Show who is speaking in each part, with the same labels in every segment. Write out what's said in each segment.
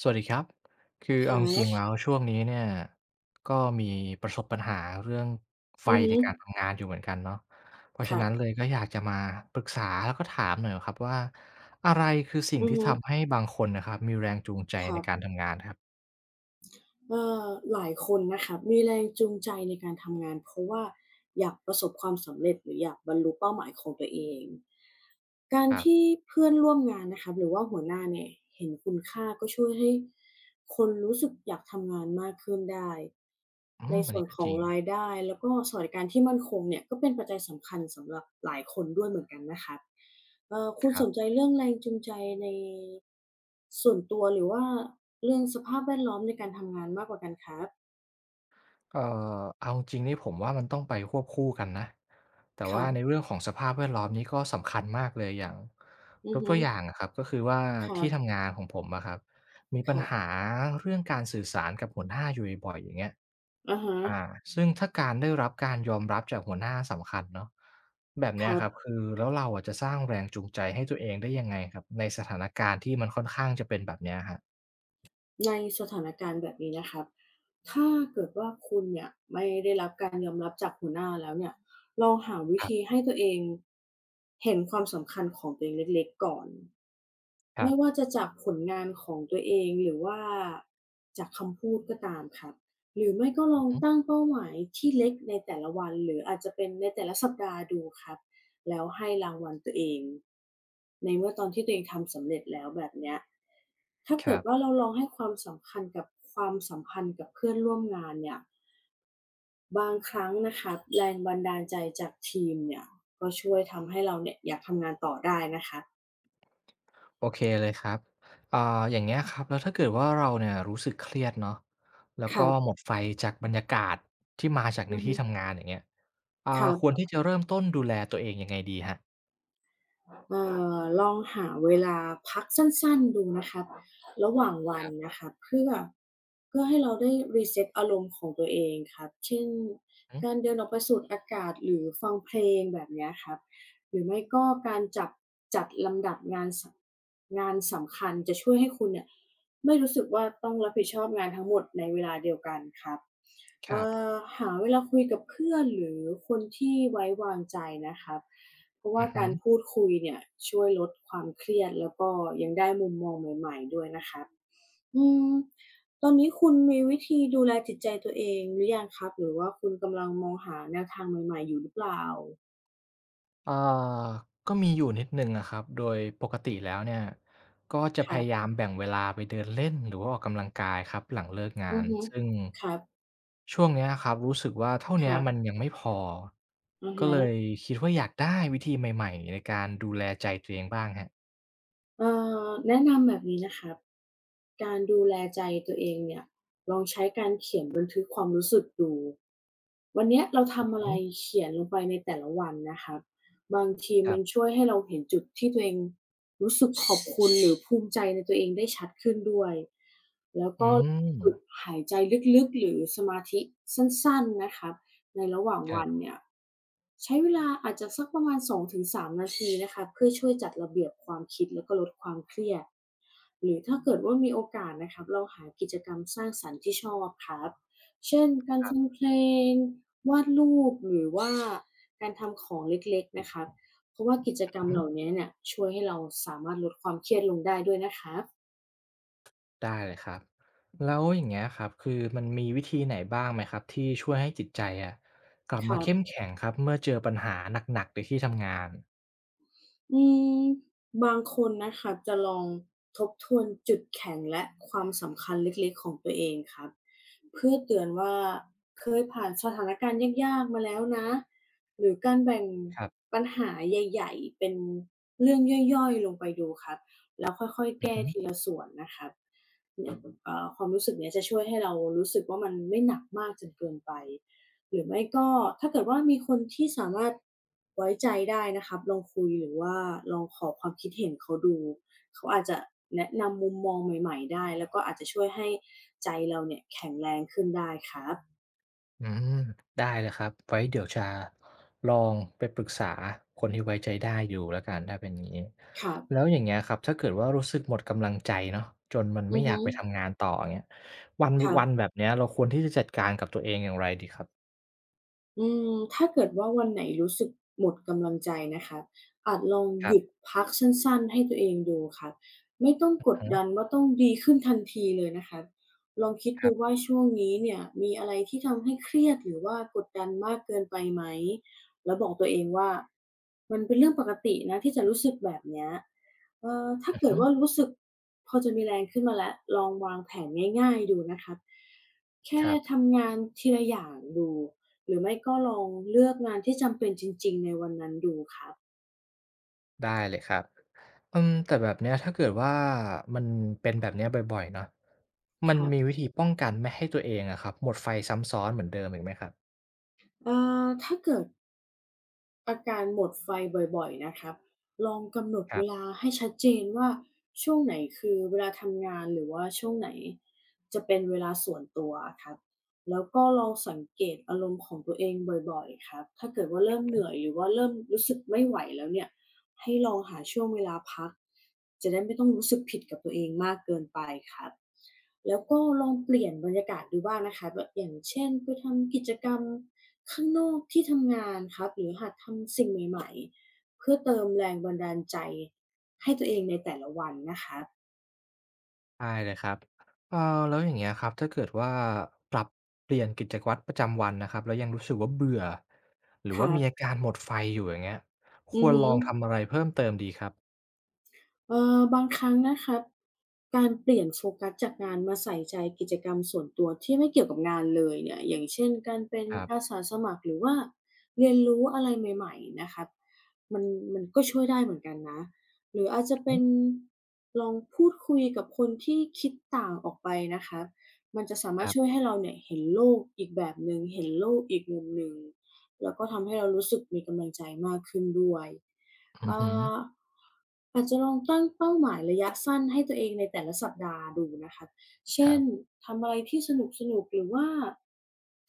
Speaker 1: สวัสดีครับ คือ
Speaker 2: ค
Speaker 1: เอา
Speaker 2: รั
Speaker 1: จริง
Speaker 2: บ
Speaker 1: ๆแล้วช่วงนี้เนี่ยก็มีประสบปัญหาเรื่องไฟ
Speaker 2: อือฮึ
Speaker 1: ในการทำงานอยู่เหมือนกันเนาะเพราะ
Speaker 2: ค
Speaker 1: ฉะ
Speaker 2: รับ
Speaker 1: นั้นเลยก็อยากจะมาปรึกษาแล้วก็ถามหน่อยครับว่าอะไรคือสิ่ง
Speaker 2: อือ
Speaker 1: ที่
Speaker 2: ฮึ
Speaker 1: ทำให้บางคนนะครับมีแรงจูงใจ
Speaker 2: ค
Speaker 1: ใน
Speaker 2: รับ
Speaker 1: การทำงานครับ
Speaker 2: เอ่อหลายคนนะคะมีแรงจูงใจในการทำงานเพราะว่าอยากประสบความสำเร็จหรืออยากบรรลุเป้าหมายของตัวเองการ
Speaker 1: ครับ
Speaker 2: ที่เพื่อนร่วมงานนะคะหรือว่าหัวหน้าเนี่ยเห็นคุณค่าก็ช่วยให้คนรู้สึกอยากทำงานมากขึ้นได้
Speaker 1: อื
Speaker 2: ใน
Speaker 1: มอัน
Speaker 2: ส่ว
Speaker 1: นี้
Speaker 2: น
Speaker 1: ก็
Speaker 2: ขอ
Speaker 1: จ
Speaker 2: ง
Speaker 1: ริง
Speaker 2: รายได้แล้วก็สวัสดิการที่มั่นคงเนี่ยก็เป็นปัจจัยสำคัญสำหรับหลายคนด้วยเหมือนกันนะคะคุ
Speaker 1: ค
Speaker 2: ณ
Speaker 1: รั
Speaker 2: สนใจ
Speaker 1: บ
Speaker 2: เรื่องแรงจูงใจในส่วนตัวหรือว่า เรื่องสภาพแวดล้อมในการทำงานมากกว่ากันครับ
Speaker 1: เอ่เอาจริงนี่ผมว่ามันต้องไปควบคู่กันนะแต่
Speaker 2: ครั
Speaker 1: ว่าใน
Speaker 2: บ
Speaker 1: เรื่องของสภาพแวดล้อมนี่ก็สำคัญมากเลยอย่าง
Speaker 2: อื
Speaker 1: ย
Speaker 2: อ
Speaker 1: ก
Speaker 2: ฮึ
Speaker 1: ตัวอย่างอะครับก็คือว่า
Speaker 2: ครั
Speaker 1: ที่
Speaker 2: บ
Speaker 1: ทำงานของผมอะครับมี
Speaker 2: ค
Speaker 1: ปัญ
Speaker 2: รับ
Speaker 1: หาเรื่องการสื่อสารกับหัวหน้าอยู่บ่อยๆอย่างเงี้ย
Speaker 2: อะฮะ
Speaker 1: อ่าซึ่งถ้าการได้รับการยอมรับจากหัวหน้าสำคัญเนาะแบบ
Speaker 2: ค
Speaker 1: เนี้ย
Speaker 2: รับ
Speaker 1: ครับคือแล้วเราอะจะสร้างแรงจูงใจให้ตัวเองได้ยังไงครับในสถานการณ์ที่มันค่อนข้างจะเป็นแบบเนี้ยครับ
Speaker 2: ในสถานการณ์แบบนี้นะครับถ้าเกิดว่าคุณเนี่ยไม่ได้รับการยอมรับจากหัวหน้าแล้วเนี่ยลองหาวิธีให้ตัวเองเห็นความสำคัญของตัวเองเล็กๆก่อน
Speaker 1: ครั
Speaker 2: ไม่
Speaker 1: บ
Speaker 2: ว่าจะจากผลงานของตัวเองหรือว่าจากคำพูดก็ตามครับหรือไม่ก็
Speaker 1: ๆ
Speaker 2: ล
Speaker 1: อือ
Speaker 2: อง
Speaker 1: ฮึ
Speaker 2: ตั้งเป้าหมายที่เล็กในแต่ละวันหรืออาจจะเป็นในแต่ละสัปดาห์ดูครับ แล้วให้รางวัลตัวเองในเมื่อตอนที่ตัวเองทำสำเร็จแล้วแบบเนี้ยถ้า
Speaker 1: ค
Speaker 2: เกิ
Speaker 1: รั
Speaker 2: ดว่า
Speaker 1: บ
Speaker 2: เราลองให้ความสำคัญกับความสัมพันธ์กับเพื่อนร่วมงานเนี่ยบางครั้งนะคะแรงบันดาลใจจากทีมเนี่ยก็ช่วยทำให้เราเนี่ยอยากทำงานต่อได้นะคะ
Speaker 1: โอเคเลยครับอ่าอย่างเงี้ยครับ แล้วถ้าเกิดว่าเราเนี่ยรู้สึกเครียดเนาะแล้ว
Speaker 2: ค
Speaker 1: ก็
Speaker 2: รับ
Speaker 1: หมดไฟจากบรรยากาศที่มาจากใน
Speaker 2: อือ
Speaker 1: ที่
Speaker 2: ฮึ
Speaker 1: ทำงานอย่างเงี้ยอ่า
Speaker 2: ครั
Speaker 1: ควร
Speaker 2: บ
Speaker 1: ที่จะเริ่มต้นดูแลตัวเองยังไงดีครับ
Speaker 2: เอ่ลองหาเวลาพักสั้นๆดูนะครับระหว่างวันนะครับเพื่อให้เราได้รีเซ็ตอารมณ์ของตัวเองครับเช่น
Speaker 1: อืม
Speaker 2: การเดินออกไปสูดอากาศหรือฟังเพลงแบบเนี้ยครับหรือไม่ก็การจับจัดลำดับงานสงานสำคัญจะช่วยให้คุณเนี่ย ไม่รู้สึกว่าต้องรับผิดชอบงานทั้งหมดในเวลาเดียวกันครับ
Speaker 1: ค
Speaker 2: เอ่
Speaker 1: รับ
Speaker 2: หาเวลาคุยกับเพื่อนหรือคนที่ไว้วางใจนะครับเพราะ
Speaker 1: อื
Speaker 2: ว่า
Speaker 1: อฮึ
Speaker 2: การพูดคุยเนี่ยช่วยลดความเครียดแล้วก็ยังได้มุมมองใหม่ๆด้วยนะครับอืมตอนนี้คุณมีวิธีดูแลจิตใจตัวเองหรือยังครับหรือว่าคุณกำลังมองหาแนวทางใหม่ๆอยู่หรือเปล่า
Speaker 1: อ่าก็มีอยู่นิดหนึ่งอะครับ โดยปกติแล้วเนี่ยก็จะ
Speaker 2: ค
Speaker 1: พ
Speaker 2: รั
Speaker 1: ยายา
Speaker 2: บ
Speaker 1: มแบ่งเวลาไปเดินเล่นหรือว่าออกกำลังกายครับหลังเลิกงา
Speaker 2: อือ
Speaker 1: น
Speaker 2: ฮึ
Speaker 1: ซึ่ง
Speaker 2: ครับ
Speaker 1: ช่วงเนี้ยครับรู้สึกว่าเท่า
Speaker 2: ค
Speaker 1: เนี้ย
Speaker 2: รั
Speaker 1: มัน
Speaker 2: บ
Speaker 1: ยังไม่พอ
Speaker 2: อะ
Speaker 1: ก็เลย
Speaker 2: ฮะ
Speaker 1: คิดว่าอยากได้วิธีใหม่ๆในการดูแลใจตัวเองบ้างฮะ
Speaker 2: เอ่แนะนำแบบนี้นะครับการดูแลใจตัวเองเนี่ย ลองใช้การเขียน วันเนี้ยเราทำอะไรเขียนลงไปในแต่ละวันนะครับบางทีมันช่วยให้เราเห็นจุดที่ตัวเองรู้สึกขอบคุณหรือภูมิใจในตัวเองได้ชัดขึ้นด้วยแล้ว
Speaker 1: อือ
Speaker 2: ก็
Speaker 1: ฮึ
Speaker 2: ฝึกหายใจลึกๆหรือสมาธิสั้นๆนะครับในระหว่าง
Speaker 1: ครั
Speaker 2: วั
Speaker 1: บ
Speaker 2: น
Speaker 1: อื
Speaker 2: เนี่
Speaker 1: ม
Speaker 2: ยใช้เวลาอาจจะสักประมาณ2-3นาทีนะคะเพื่อช่วยจัดระเบียบความคิดแล้วก็ลดความเครียดหรือถ้าเกิดว่ามีโอกาสนะครับลหากิจกรรมสร้างสรรค์ที่ชอบครับ เช่นการ
Speaker 1: ครับ
Speaker 2: ฟังเพลงวาดรูปหรือว่าการทำของเล็กๆนะคะเพราะว่ากิจกร
Speaker 1: ๆ
Speaker 2: รม
Speaker 1: อื
Speaker 2: เห
Speaker 1: อ
Speaker 2: ล่านี้เนี่ยช่วยให้เราสามารถลดความเครียดลงได้ด้วยนะคะ
Speaker 1: ได้เลยครับแล้วอย่างเงี้ยครับคือมันมีวิธีไหนบ้างไหมครับที่ช่วยให้จิตใจอะกลับ
Speaker 2: ค
Speaker 1: มา
Speaker 2: รั
Speaker 1: เข้ม
Speaker 2: บ
Speaker 1: แข็งครับเมื่อเจอปัญหาหนักๆในที่ทำงาน
Speaker 2: อืมบางคนนะคะจะลองทบทวนจุดแข็งและความสำคัญเล็กๆของตัวเองครับเพื่อเตือนว่าเคยผ่านสถานการณ์ยากๆมาแล้วนะหรือการแบ่ง
Speaker 1: ครับ
Speaker 2: ปัญหาใหญ่ๆเป็นเรื่องย่อยๆลงไปดูครับแล้วค่อยๆ
Speaker 1: อือ
Speaker 2: แก้
Speaker 1: ฮึ
Speaker 2: ทีละส่วนนะครับเนี่ยความรู้สึกเนี้ยจะช่วยให้เรารู้สึกว่ามันไม่หนักมากจนเกินไป หรือไม่ก็ถ้าเกิดว่ามีคนที่สามารถไว้ใจได้นะครับลองคุยหรือว่าลองขอความคิดเห็นเขาดูเขาอาจจะแนะนำมุมมองใหม่ๆได้แล้วก็อาจจะช่วยให้ใจเราเนี่ยแข็งแรงขึ้นได้ครับ
Speaker 1: อืมได้เลยครับไว้เดี๋ยวจะลองไปปรึกษาคนที่ไว้ใจได้อยู่แล้วกันถ้าเป็นอย่างนี้
Speaker 2: ครับ
Speaker 1: แล้วอย่างเงี้ยครับถ้าเกิดว่ารู้สึกหมดกำลังใจเนาะจนมันไม่
Speaker 2: อือ
Speaker 1: อยาก
Speaker 2: ฮึ
Speaker 1: ไปทำงานต่ออย่างเงี้ยวัน
Speaker 2: ครั
Speaker 1: วัน
Speaker 2: บ
Speaker 1: แบบเนี้ยเราควรที่จะจัดการกับตัวเองอย่างไรดีครับ
Speaker 2: อืมถ้าเกิดว่าวันไหนรู้สึกหมดกำลังใจนะคะอาจลอง
Speaker 1: ค
Speaker 2: ห
Speaker 1: รั
Speaker 2: ยุด
Speaker 1: บ
Speaker 2: พักสั้นๆให้ตัวเองดูค่ะไม่ต้อง
Speaker 1: อือ
Speaker 2: กด
Speaker 1: ฮึ
Speaker 2: ดันว่าต้องดีขึ้นทันทีเลยนะคะลองคิด
Speaker 1: ครั
Speaker 2: ดู
Speaker 1: บ
Speaker 2: ว่าช่วงนี้เนี่ยมีอะไรที่ทำให้เครียดหรือว่ากดดันมากเกินไปไหมแล้วบอกตัวเองว่ามันเป็นเรื่องปกตินะที่จะรู้สึกแบบเนี้ยถ้า
Speaker 1: อือ
Speaker 2: เกิ
Speaker 1: ฮึ
Speaker 2: ดว่ารู้สึกพอจะมีแรงขึ้นมาแล้วลองวางแผนง่ายๆดูนะคะ
Speaker 1: ค
Speaker 2: แค่
Speaker 1: รับ
Speaker 2: ทำงานทีละอย่างดู หรือไม่ก็ลองเลือกงานที่จำเป็นจริงๆในวันนั้นดูครับ
Speaker 1: ได้เลยครับ อืมแต่แบบเนี้ยถ้าเกิดว่ามันเป็นแบบเนี้ยบ่อยๆเนาะมั
Speaker 2: ค
Speaker 1: น
Speaker 2: รั
Speaker 1: มี
Speaker 2: บ
Speaker 1: วิธีป้องกันไม่ให้ตัวเองอะครับหมดไฟซ้ำซ้อนเหมือนเดิมอีกไหมครับ
Speaker 2: เอ่ถ้าเกิด อาการหมดไฟบ่อยๆนะครับลองกำหนด
Speaker 1: ครั
Speaker 2: เว
Speaker 1: บ
Speaker 2: ลาให้ชัดเจนว่าช่วงไหนคือเวลาทำงานหรือว่าช่วงไหนจะเป็นเวลาส่วนตัวครับแล้วก็ลองสังเกตอารมณ์ของตัวเองบ่อยๆครับถ้าเกิดว่าเริ่มเหนื่อยหรือว่าเริ่มรู้สึกไม่ไหวแล้วเนี่ยให้ลองหาช่วงเวลาพักจะได้ไม่ต้องรู้สึกผิดกับตัวเองมากเกินไปครับแล้วก็ลองเปลี่ยนบรรยากาศดูบ้างนะคะแบบอย่างเช่นไปทำกิจกรรม ข้างนอกที่ทำงานครับหรือหัดทำสิ่งใหม่ๆเพื่อเติมแรงบันดาลใจให้ตัวเองในแต่ละวันนะครับ
Speaker 1: ได้เลยครับเอ่อแล้วอย่างเงี้ยครับถ้าเกิดว่าปรับเปลี่ยนกิจวัตรประจำวันนะครับแล้วยังรู้สึกว่าเบื่อหรือ
Speaker 2: ค
Speaker 1: ว่า
Speaker 2: รั
Speaker 1: มีอา
Speaker 2: บ
Speaker 1: การหมดไฟอยู่อย่างเงี้ยค
Speaker 2: อือ
Speaker 1: วร
Speaker 2: ฮึ
Speaker 1: ลองทำอะไรเพิ่มเติมดีครับ
Speaker 2: บางครั้งนะครับการเปลี่ยนโฟกัสจากงานมาใส่ใจกิจกรรมส่วนตัวที่ไม่เกี่ยวกับงานเลยเนี่ยอย่างเช่นการเป็น
Speaker 1: ครั
Speaker 2: อา
Speaker 1: บ
Speaker 2: สาสมัครหรือว่าเรียนรู้อะไรใหม่ๆนะครับมันมันก็ช่วยได้เหมือนกันนะหรืออาจจะ
Speaker 1: อือ
Speaker 2: เป็
Speaker 1: ฮึ
Speaker 2: นลองพูดคุยกับคนที่คิดต่างออกไปนะครับมันจะสามา
Speaker 1: ค
Speaker 2: รถ
Speaker 1: รั
Speaker 2: ช่วย
Speaker 1: บ
Speaker 2: ให้เราเนี่ยเห็นโลกอีกแบบหนึ่งเห็นโลกอีกมุมหนึ่ง แล้วก็ทำให้เรารู้สึกมีกำลังใจมากขึ้นด้วย
Speaker 1: อือ
Speaker 2: อ่
Speaker 1: ฮึ
Speaker 2: าอาจจะลองตั้งเป้าหมายระยะสั้นให้ตัวเองในแต่ละสัปดาห์ดูนะคะ
Speaker 1: ค
Speaker 2: เช่
Speaker 1: รั
Speaker 2: น
Speaker 1: บ
Speaker 2: ทำอะไรที่สนุกๆหรือว่า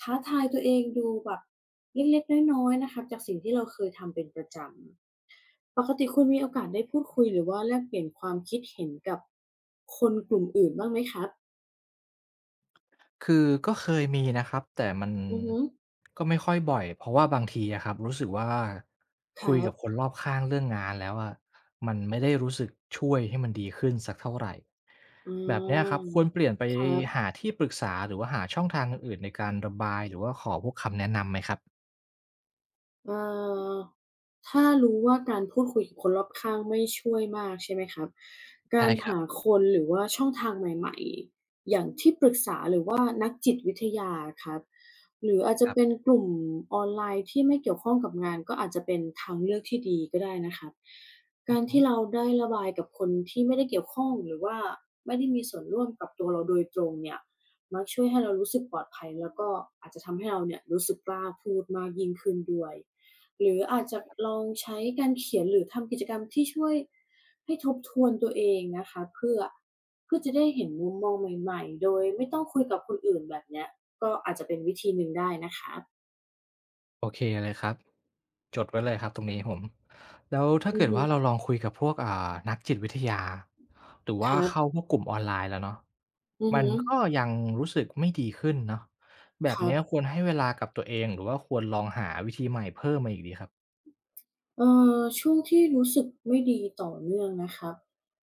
Speaker 2: ท้าทายตัวเองดูแบบเล็กๆน้อยๆนะคะจากสิ่งที่เราเคยทำเป็นประจำปกติคุณมีโอกาสได้พูดคุยหรือว่าแลกเปลี่ยนความคิดเห็นกับคนกลุ่มอื่นบ้างไหมครับ
Speaker 1: คือก็เคยมีนะครับแต่มัน
Speaker 2: อือฮึ
Speaker 1: ก็ไม่ค่อยบ่อยเพราะว่าบางทีอะครับรู้สึกว่า
Speaker 2: ค
Speaker 1: คุ
Speaker 2: รั
Speaker 1: ยกั
Speaker 2: บ
Speaker 1: บคนรอบข้างเรื่องงานแล้วอะมันไม่ได้รู้สึกช่วยให้มันดีขึ้นสักเท่าไร
Speaker 2: อ๋
Speaker 1: แบบเนี้ยครับ
Speaker 2: อ
Speaker 1: ควรเปลี่ยนไป
Speaker 2: ครับ
Speaker 1: หาที่ปรึกษาหรือว่าหาช่องทางอื่นๆในการระบายหรือว่าขอพวกคำแนะนำไหมครับ
Speaker 2: เอ่อถ้ารู้ว่าการพูดคุยกับคนรอบข้างไม่ช่วยมากใช่ไหมครับกา
Speaker 1: ได้
Speaker 2: ร
Speaker 1: ครับ
Speaker 2: หาคนหรือว่าช่องทางใหม่ๆอย่างที่ปรึกษาหรือว่านักจิตวิทยาอะครับหรืออาจ
Speaker 1: ค
Speaker 2: จะ
Speaker 1: รับ
Speaker 2: เป็นกลุ่มออนไลน์ที่ไม่เกี่ยวข้องกับงานก็อาจจะเป็นทางเลือกที่ดีก็ได้นะครับ
Speaker 1: อื
Speaker 2: กา
Speaker 1: อ
Speaker 2: ร
Speaker 1: ฮึ
Speaker 2: ที่เราได้ระบายกับคนที่ไม่ได้เกี่ยวข้องหรือว่าไม่ได้มีส่วนร่วมกับตัวเราโดยตรงเนี่ยมักช่วยให้เรารู้สึกปลอดภัยแล้วก็อาจจะทำให้เราเนี่ยรู้สึกกล้าพูดมากยิ่งขึ้นด้วย หรืออาจจะลองใช้การเขียนหรือทำกิจกรรมที่ช่วยให้ทบทวนตัวเองนะคะเพื่อจะได้เห็นมุมมองใหม่ๆโดยไม่ต้องคุยกับคนอื่นแบบเนี้ยก็อาจจะเป็นวิธีหนึ่งได้นะคะ
Speaker 1: โอเคเลยครับ จดไว้เลยครับตรงนี้ผมแล้วถ้า
Speaker 2: อื
Speaker 1: เกิ
Speaker 2: อ
Speaker 1: ด
Speaker 2: ฮึ
Speaker 1: ว่าเราลองคุยกับพวกนักจิตวิทยาหรือ
Speaker 2: ค
Speaker 1: ว่า
Speaker 2: รั
Speaker 1: เข้า
Speaker 2: บ
Speaker 1: พวกกลุ่มออนไลน์แล้วเนาะ
Speaker 2: อือ
Speaker 1: มั
Speaker 2: ฮึ
Speaker 1: นก็ยังรู้สึกไม่ดีขึ้นเนาะแบ
Speaker 2: ค
Speaker 1: บ
Speaker 2: รับ
Speaker 1: เนี้ยควรให้เวลากับตัวเองหรือว่าควรลองหาวิธีใหม่เพิ่มมาอีกดีครับ
Speaker 2: เอ่ช่วงที่รู้สึกไม่ดีต่อเนื่องนะครับ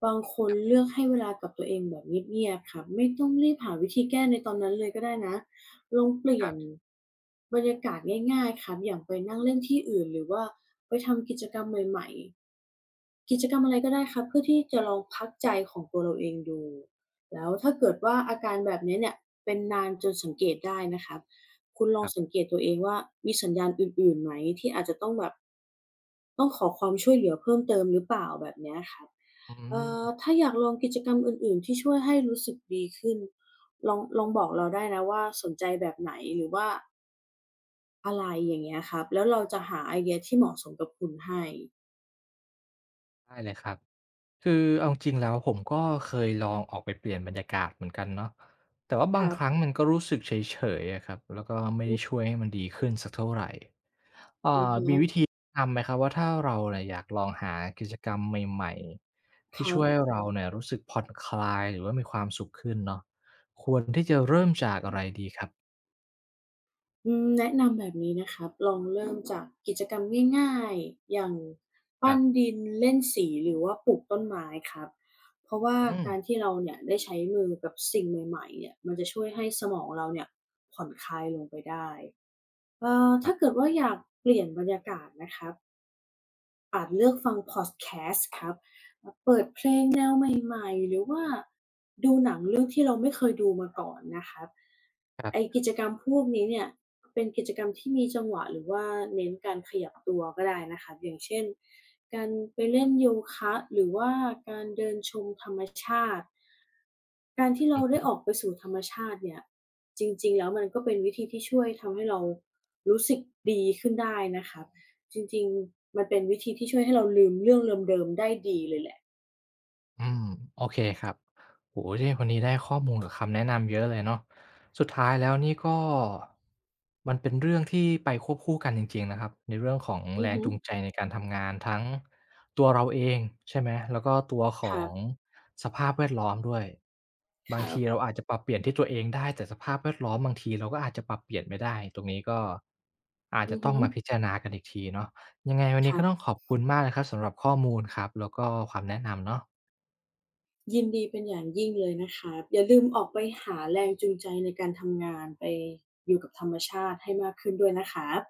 Speaker 2: บางคนเลือกให้เวลากับตัวเองแบบเงียบๆครับไม่ต้องรีบหาวิธีแก้ในตอนนั้นเลยก็ได้นะลองเปลี่
Speaker 1: ค
Speaker 2: ย
Speaker 1: รั
Speaker 2: น
Speaker 1: บ
Speaker 2: บรรยากาศง่ายๆครับอย่างไปนั่งเล่นที่อื่นหรือว่าไปทำกิจกรรมใหม่ๆ กิจกรรมอะไรก็ได้ครับเพื่อที่จะลองพักใจของตัวเราเองดูแล้วถ้าเกิดว่าอาการแบบนี้เนี่ยเป็นนานจนสังเกตได้นะครับคุณล
Speaker 1: ค
Speaker 2: อง
Speaker 1: รั
Speaker 2: สัง
Speaker 1: บ
Speaker 2: เกตตัวเองว่ามีสัญญาณอื่นๆไหมที่อาจจะต้องแบบต้องขอความช่วยเหลือเพิ่มเติมหรือเปล่าแบบเนี้ยครับ
Speaker 1: อื
Speaker 2: ถ้า
Speaker 1: ม
Speaker 2: อยากลองกิจกรรมอื่นๆที่ช่วยให้รู้สึกดีขึ้นลองบอกเราได้นะว่าสนใจแบบไหนหรือว่าอะไรอย่างเงี้ยครับแล้วเราจะหาไอเดียที่เหมาะสมกับคุณให้
Speaker 1: ได้เลยครับคือเอาจริงๆแล้วผมก็เคยลองออกไปเปลี่ยนบรรยากาศเหมือนกันเนาะแต่ว่า
Speaker 2: ค
Speaker 1: บาง
Speaker 2: รั
Speaker 1: ครั้
Speaker 2: บ
Speaker 1: งมันก็รู้สึกเฉยๆอะครับแล้วก็ไม่
Speaker 2: อือ
Speaker 1: ได้ช่วยให้มันดีขึ้นสักเท่าไรอ่า
Speaker 2: อือฮึ
Speaker 1: นำไหมครับว่าถ้าเราเนี่ยอยากลองหากิจกรรมใหม่ๆ
Speaker 2: ค
Speaker 1: ที่
Speaker 2: รั
Speaker 1: ช่วย
Speaker 2: บ
Speaker 1: เราเนี่ยรู้สึกผ่อนคลายหรือว่ามีความสุขขึ้นเนาะควรที่จะเริ่มจากอะไรดีครับ
Speaker 2: อืมแนะนำแบบนี้นะครับลองเริ่มจากกิจกรรมง่ายๆอย่าง
Speaker 1: ครั
Speaker 2: ปั้น
Speaker 1: บ
Speaker 2: ดินเล่นสีหรือว่าปลูกต้นไม้ครับเพราะว่า
Speaker 1: อืม
Speaker 2: การที่เราเนี่ยได้ใช้มือกับสิ่งใหม่ๆเนี่ยมันจะช่วยให้สมองเราเนี่ยผ่อนคลายลงไปได้ถ้าเกิ
Speaker 1: ค
Speaker 2: ดว่าอยากเปลี่ยนบรรยากาศนะครับ อาจเลือกฟังพอดแคสต์ครับ เปิดเพลงแนวใหม่ๆ หรือว่าดูหนังเรื่องที่เราไม่เคยดูมาก่อนนะครับ
Speaker 1: รับ
Speaker 2: ไอ้กิจกรรมพวกนี้เนี่ยเป็นกิจกรรมที่มีจังหวะหรือว่าเน้นการขยับตัวก็ได้นะครับอย่างเช่นการไปเล่นโยคะหรือว่าการเดินชมธรรมชาติ การที่
Speaker 1: ๆอื
Speaker 2: เรา
Speaker 1: อฮึ
Speaker 2: ได้ออกไปสู่ธรรมชาติเนี่ยจริงๆแล้วมันก็เป็นวิธีที่ช่วยทำให้เรารู้สึกดีขึ้นได้นะคะจริงๆมันเป็นวิธีที่ช่วยให้เราลืมเรื่องเดิมๆได้ดีเลยแหละ
Speaker 1: อืมโอเคครับโอ้โฮเนี่ยวันนี้ได้ข้อมูลกับคำแนะนำเยอะเลยเนาะสุดท้ายแล้วนี่ก็มันเป็นเรื่องที่ไปควบคู่กันจริงๆนะครับในเรื่องของ
Speaker 2: อื
Speaker 1: แร
Speaker 2: อ
Speaker 1: ง
Speaker 2: ฮึ
Speaker 1: จูงใจในการทำงานทั้งตัวเราเองใช่ไหมแล้วก็ตัวข
Speaker 2: ค
Speaker 1: อ
Speaker 2: รั
Speaker 1: ง
Speaker 2: บ
Speaker 1: สภาพแวดล้อมด้วย
Speaker 2: ค
Speaker 1: บาง
Speaker 2: รั
Speaker 1: ที
Speaker 2: บ
Speaker 1: เราอาจจะปรับเปลี่ยนที่ตัวเองได้แต่สภาพแวดล้อมบางทีเราก็อาจจะปรับเปลี่ยนไม่ได้ตรงนี้ก็อาจ
Speaker 2: อื
Speaker 1: จะ
Speaker 2: อ
Speaker 1: ต้อ
Speaker 2: ฮึ
Speaker 1: งมาพิจารณากันอีกทีเนาะยังไงวัน
Speaker 2: ค
Speaker 1: นี้
Speaker 2: รั
Speaker 1: ก็ต้อง
Speaker 2: บ
Speaker 1: ขอบคุณมากนะครับสำหรับข้อมูลครับแล้วก็ความแนะนำเนาะ
Speaker 2: ยินดีเป็นอย่างยิ่งเลยนะครับอย่าลืมออกไปหาแรงจูงใจในการทำงานไปอยู่กับธรรมชาติให้มากขึ้นด้วยนะครับ